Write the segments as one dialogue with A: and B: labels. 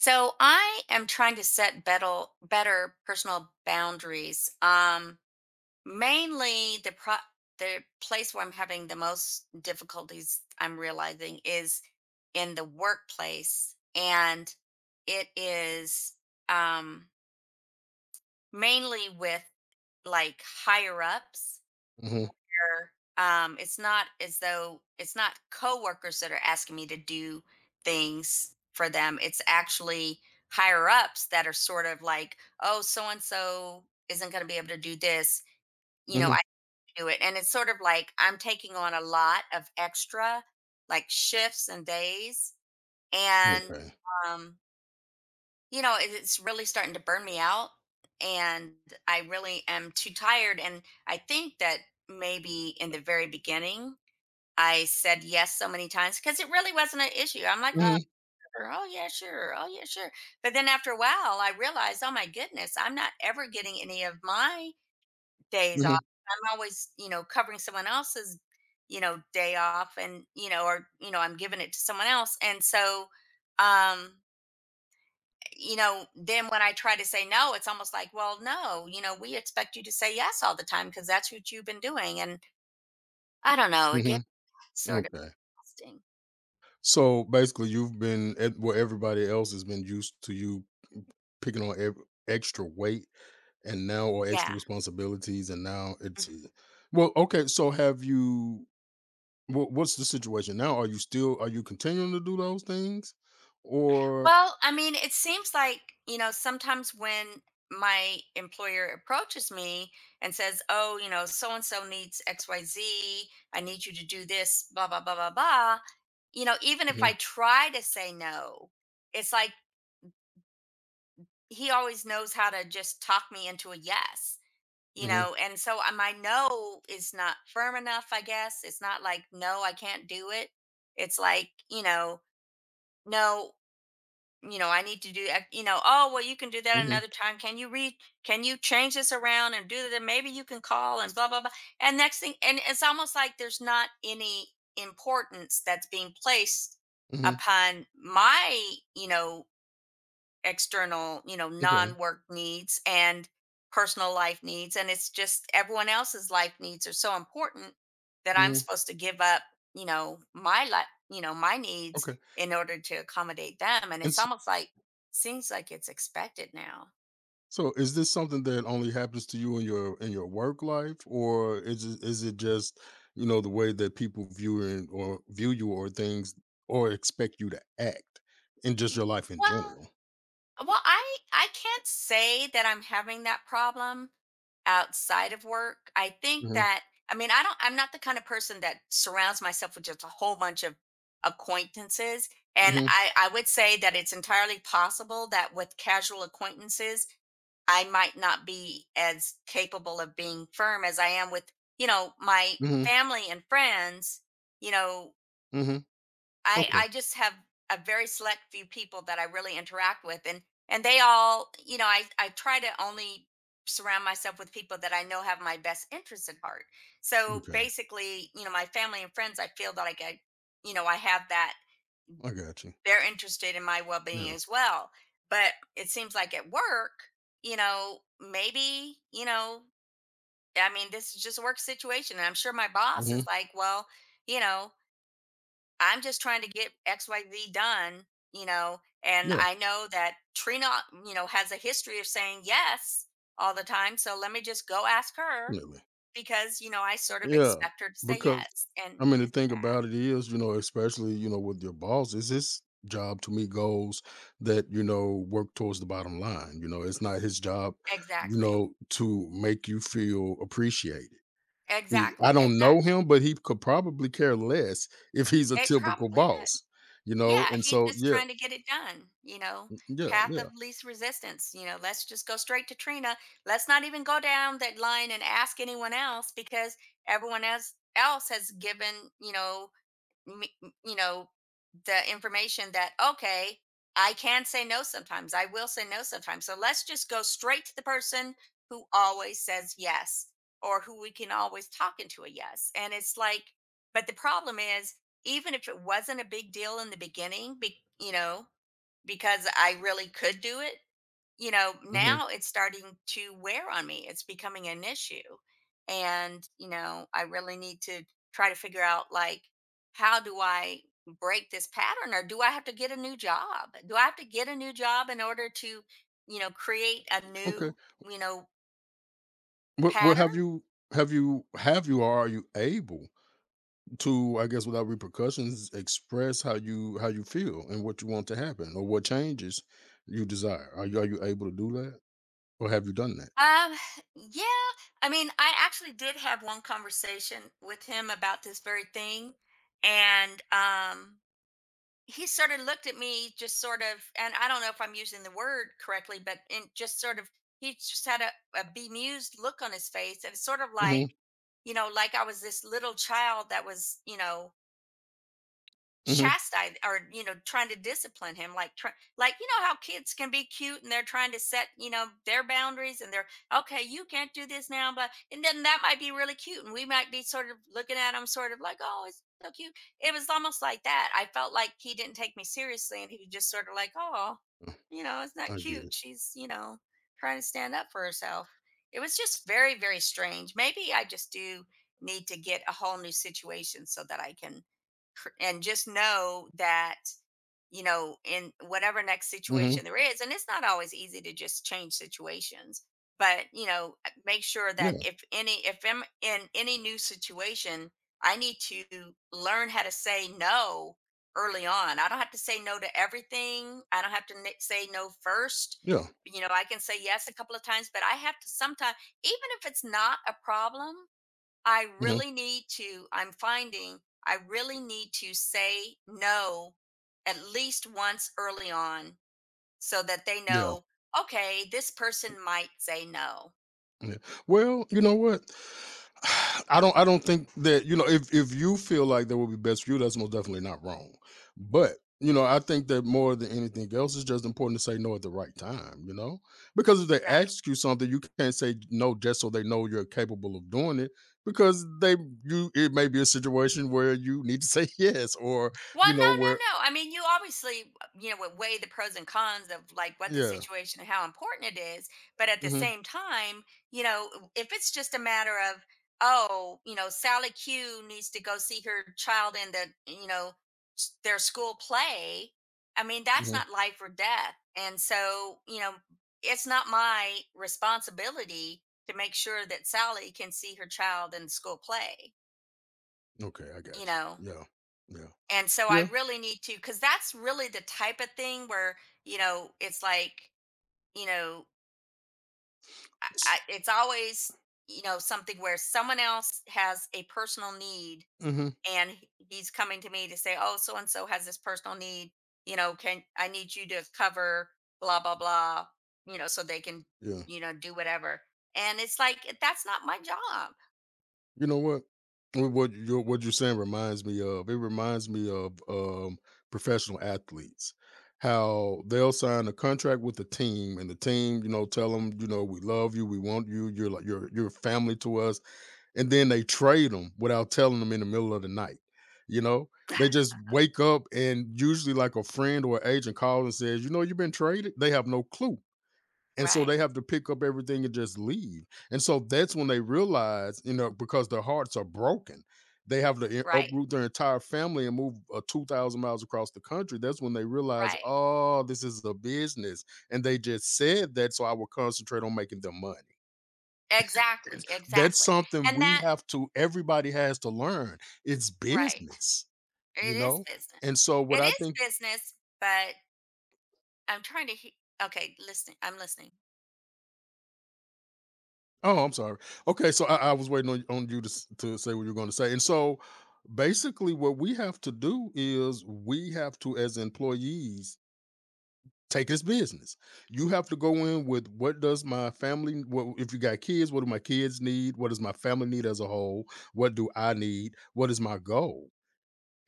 A: So I am trying to set better personal boundaries. Mainly the place where I'm having the most difficulties, I'm realizing, is in the workplace, and it is um mainly with, like, higher ups,
B: Mhm,
A: where it's not as though it's not coworkers that are asking me to do things for them. It's actually higher ups that are sort of like, oh, so and so isn't going to be able to do this, you know,
B: mhm,
A: I can do it. And it's sort of like I'm taking on a lot of extra, like, shifts and days. And
B: okay.
A: um it's really starting to burn me out, and I really am too tired, and I think that maybe in the very beginning, I said yes so many times because it really wasn't an issue. I'm like, oh,
B: Mhm,
A: sure. Oh, yeah, sure. Oh, yeah, sure. But then after a while, I realized, oh my goodness, I'm not ever getting any of my days off.
B: mhm,
A: I'm always, covering someone else's, day off and, or, I'm giving it to someone else. And so, um then when I try to say no, it's almost like, well, no, we expect you to say yes all the time because that's what you've been doing. And I don't know, it
B: mhm,
A: gets sort of
B: okay.
A: exhausting.
B: So, basically, you've been at where everybody else has been used to you picking on ev extra weight and now or extra
A: Yeah.
B: responsibilities, and now it's
A: Mhm.
B: well, okay, so have you wha what's the situation now? Are you continuing to do those things? Or
A: Well, I mean, it seems like, sometimes when my employer approaches me and says, oh, so and so needs XYZ. I need you to do this, blah, blah, blah, blah, blah. You know, even if I
B: mhm,
A: try to say no, it's like he always knows how to just talk me into a yes
B: mhm,
A: and so my no is not firm enough. I guess it's not like, no, I can't do it. It's like, you know, no, you know, I need to do oh, well, you can do that
B: mhm,
A: another time. Can you read, can you change this around and do that? Maybe you can call and blah, blah, blah. And next thing, and it's almost like there's not any importance that's being placed
B: mhm,
A: upon my, you know, external,
B: okay,
A: non-work needs and personal life needs. And it's just everyone else's life needs are so important that I'm
B: mhm,
A: supposed to give up, my life, my needs
B: okay,
A: in order to accommodate them. And
B: and
A: it's
B: s
A: almost like seems like it's expected now.
B: so is this something that only happens to you in your work life, or is it just you know the way that people view and or view you or things or expect you to act in just your life in
A: Well.
B: general?
A: Well, I can't say that I'm having that problem outside of work. I think
B: Hmm.
A: that I mean, I don't, I'm not the kind of person that surrounds myself with just a whole bunch of acquaintances, and
B: Hmm.
A: I would say that it's entirely possible that with casual acquaintances, I might not be as capable of being firm as I am with, my
B: Hmm.
A: family and friends. you know,
B: Hmm.
A: I
B: Okay.
A: I just have a very select few people that I really interact with, and they all, I try to only surround myself with people that I know have my best interests at heart. So
B: Okay.
A: basically, my family and friends, I feel that I get, I have that
B: I got you.
A: they're interested in my well-being
B: Yeah.
A: as well. But it seems like at work, maybe, I mean, this is just a work situation and I'm sure my boss is
B: Hmm.
A: like, well, you know, I'm just trying to get XYZ done, and
B: Yeah.
A: I know that Trina, has a history of saying yes all the time. So let me just go ask her
B: Yeah.
A: because, I sort of
B: Yeah,
A: expect her to say
B: because
A: yes.
B: I
A: And
B: mean, the
A: it's
B: thing
A: bad.
B: about it is, you know, especially, you know, with your boss, is his job to meet goals that, you know, work towards the bottom line. You know, it's not his job, you
A: Exactly.
B: know, to make you feel appreciated. He,
A: Exactly.
B: I don't
A: Exactly.
B: know him, but he could probably care less if he's a
A: It
B: typical
A: probably—
B: boss, you know?
A: Yeah,
B: And
A: he's
B: so,
A: just
B: yeah,
A: trying to get it done,
B: yeah,
A: path of
B: yeah.
A: least resistance. You know, let's just go straight to Trina. Let's not even go down that line and ask anyone else because everyone else has given, you know, m- m- you know the information that, okay, I can say no sometimes, I will say no sometimes, so let's just go straight to the person who always says yes or who we can always talk into a yes. And it's like, but the problem is, even if it wasn't a big deal in the beginning, be, because I really could do it, you know,
B: Hmm.
A: now it's starting to wear on me. It's becoming an issue. And, I really need to try to figure out, like, how do I break this pattern, or do I have to get a new job? Do I have to get a new job in order to, create a
B: Okay.
A: new, you know,
B: Well,
A: pattern?
B: have you, or are you able to I guess without repercussions express how you feel and what you want to happen or what changes you desire, are you able to do that or have you done that?
A: Um, yeah. I mean, I actually did have one conversation with him about this very thing. And, he sort of looked at me just sort of, and I don't know if I'm using the word correctly, but in just sort of, he just had a bemused look on his face, and it's sort of
B: Hmm.
A: like, you know, like I was this little child that was, you know,
B: Hmm.
A: chastise or, you know, trying to discipline him, like try, like, you know, how kids can be cute and they're trying to set, you know, their boundaries, and they're okay, you can't do this now, but and then that might be really cute and we might be sort of looking at him sort of like, oh, it's so cute. It was almost like that I felt like he didn't take me seriously and he was just sort of like, oh, you know, it's not
B: I get
A: cute,
B: it.
A: she's, you know, trying to stand up for herself. It was just very strange. Maybe I just do need to get a whole new situation so that I can and just know that, you know, in whatever next
B: Hmm.
A: situation there is, and it's not always easy to just change situations, but, you know, make sure that
B: Yeah.
A: if any, if I'm in any new situation, I need to learn how to say no early on. I don't have to say no to everything, I don't have to say no first.
B: Yeah.
A: You know, I can say yes a couple of times, but I have to sometimes, even if it's not a problem, I
B: Hmm.
A: really need to, I'm finding, I really need to say no at least once early on, so that they
B: Yeah.
A: know, okay, this person might say no.
B: Yeah. Well, you know what? I don't think that, you know, if you feel like that would be best for you, that's most definitely not wrong. But you know, I think that more than anything else, it's just important to say no at the right time, you know? Because if they
A: Right.
B: ask you something, you can't say no just so they know you're capable of doing it, because they you, it may be a situation where you need to say yes or
A: Well,
B: you
A: no,
B: know, where,
A: no, no. I mean, you obviously, you know, would weigh the pros and cons of, like, what the
B: yeah.
A: situation and how important it is. But at the
B: Hmm.
A: same time, you know, if it's just a matter of, oh, Sally Q needs to go see her child in the, their school play, I mean, that's
B: Hmm.
A: not life or death. And so, it's not my responsibility to make sure that Sally can see her child in the school play,
B: Okay, I
A: you
B: got you.
A: know.
B: Yeah. Yeah.
A: And so I
B: Yeah.
A: really need to, because that's really the type of thing where, it's like, you know, it's always, something where someone else has a personal need,
B: Mm-hmm.
A: and he's coming to me to say, oh, so and so has this personal need, can, I need you to cover blah, blah, blah, so they can,
B: Yeah.
A: you know, do whatever. And it's like, that's not my job.
B: You know what? What you're saying reminds me of. It reminds me of professional athletes, how they'll sign a contract with the team, and the team, you know, tell them, you know, we love you, we want you, you're like you're family to us, and then they trade them without telling them in the middle of the night. You know, they just wake up and usually like a friend or agent calls and says, you know, you've been traded. They have no clue and so they
A: Right,
B: have to pick up everything and just leave. And so that's when they realize, you know, because their hearts are broken, they have to
A: right,
B: uproot their entire family and move 2,000 miles across the country. That's when they realize,
A: right.
B: oh, this is a business. And they just said that so I will concentrate on making them money.
A: Exactly,
B: It's— that's
A: exactly.
B: something
A: And
B: we
A: that,
B: have to, everybody has to learn. It's
A: right.
B: business,
A: It
B: you
A: is
B: know?
A: business.
B: And so what
A: It
B: I
A: is
B: think—
A: business, but I'm trying to he— okay, listening. I'm listening.
B: oh, I'm sorry. Okay, so I was waiting on you to say what you're going to say, and so basically, what we have to do is we have to, as employees, take this business. You have to go in with what does my family? What if you got kids? What do my kids need? What does my family need as a whole? What do I need? What is my goal?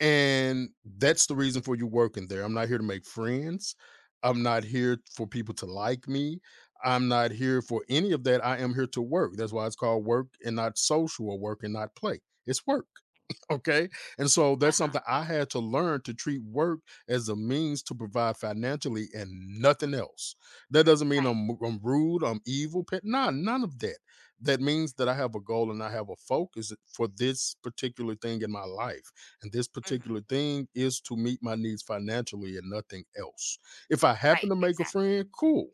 B: And that's the reason for you working there. I'm not here to make friends. I'm not here for people to like me. I'm not here for any of that. I am here to work. That's why it's called work and not social or work and not play. It's work. Okay. And so that's
A: Uh-huh.
B: something I had to learn, to treat work as a means to provide financially and nothing else. That doesn't mean
A: Right.
B: I'm rude, I'm evil, pet. Nah, none of that. That means that I have a goal and I have a focus for this particular thing in my life, and this
A: Mhm.
B: particular thing is to meet my needs financially and nothing else. If I happen
A: Right,
B: to make a
A: exactly.
B: friend, cool.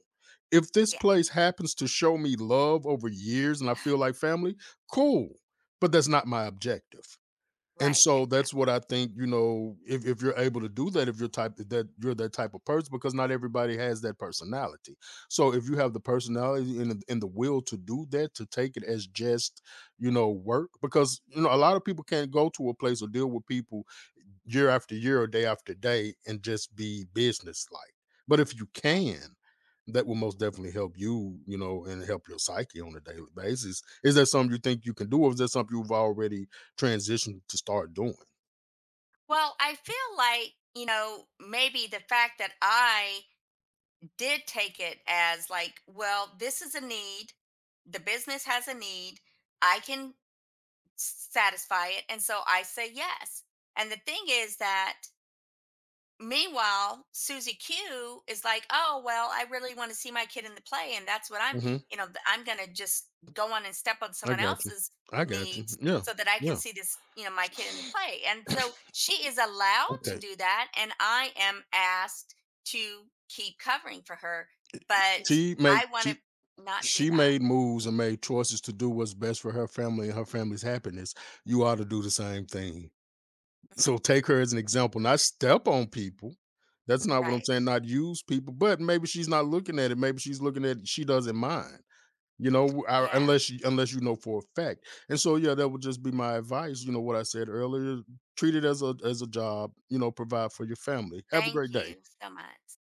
B: If this
A: Yeah.
B: place happens to show me love over years and I feel like family, cool. But that's not my objective. And
A: Right,
B: so that's what
A: exactly.
B: I think, you know, if you're able to do that, if you're type that you're that type of person, because not everybody has that personality. So if you have the personality and the will to do that, to take it as just, you know, work, because you know, a lot of people can't go to a place or deal with people year after year or day after day and just be business like. But if you
A: Right.
B: can, that will most definitely help you, you know, and help your psyche on a daily basis. Is that something you think you can do, or is that something you've already transition to start doing?
A: Well, I feel like, maybe the fact that I did take it as, like, well, this is a need. The business has a need. I can satisfy it. And so I say yes. And the thing is that, meanwhile, Susie Q is like, oh well, I really want to see my kid in the play, and that's what I'm,
B: Mhm.
A: you know, I'm gonna just go on and step on
B: I
A: someone
B: got you.
A: else's
B: I got you.
A: needs
B: Yeah.
A: so that I can
B: Yeah.
A: see this, my kid in the play. And so she is allowed to
B: Okay.
A: do that, and I am asked to keep covering for her, but
B: She make
A: I want to not do
B: she
A: that.
B: made moves and made choices to do what's best for her family and her family's happiness. You ought to do the same thing. So take her as an example, not step on people. That's not what I'm
A: Right?
B: saying, not use people, but maybe she's not looking at it. Maybe she's looking at she doesn't mind. You know, w- I-
A: Yeah.
B: unless you, unless you know for a fact, and so yeah, that would just be my advice. You know what I said earlier: treat it as a job. You know, provide for your family. Have a
A: Thank
B: great day.
A: you so much.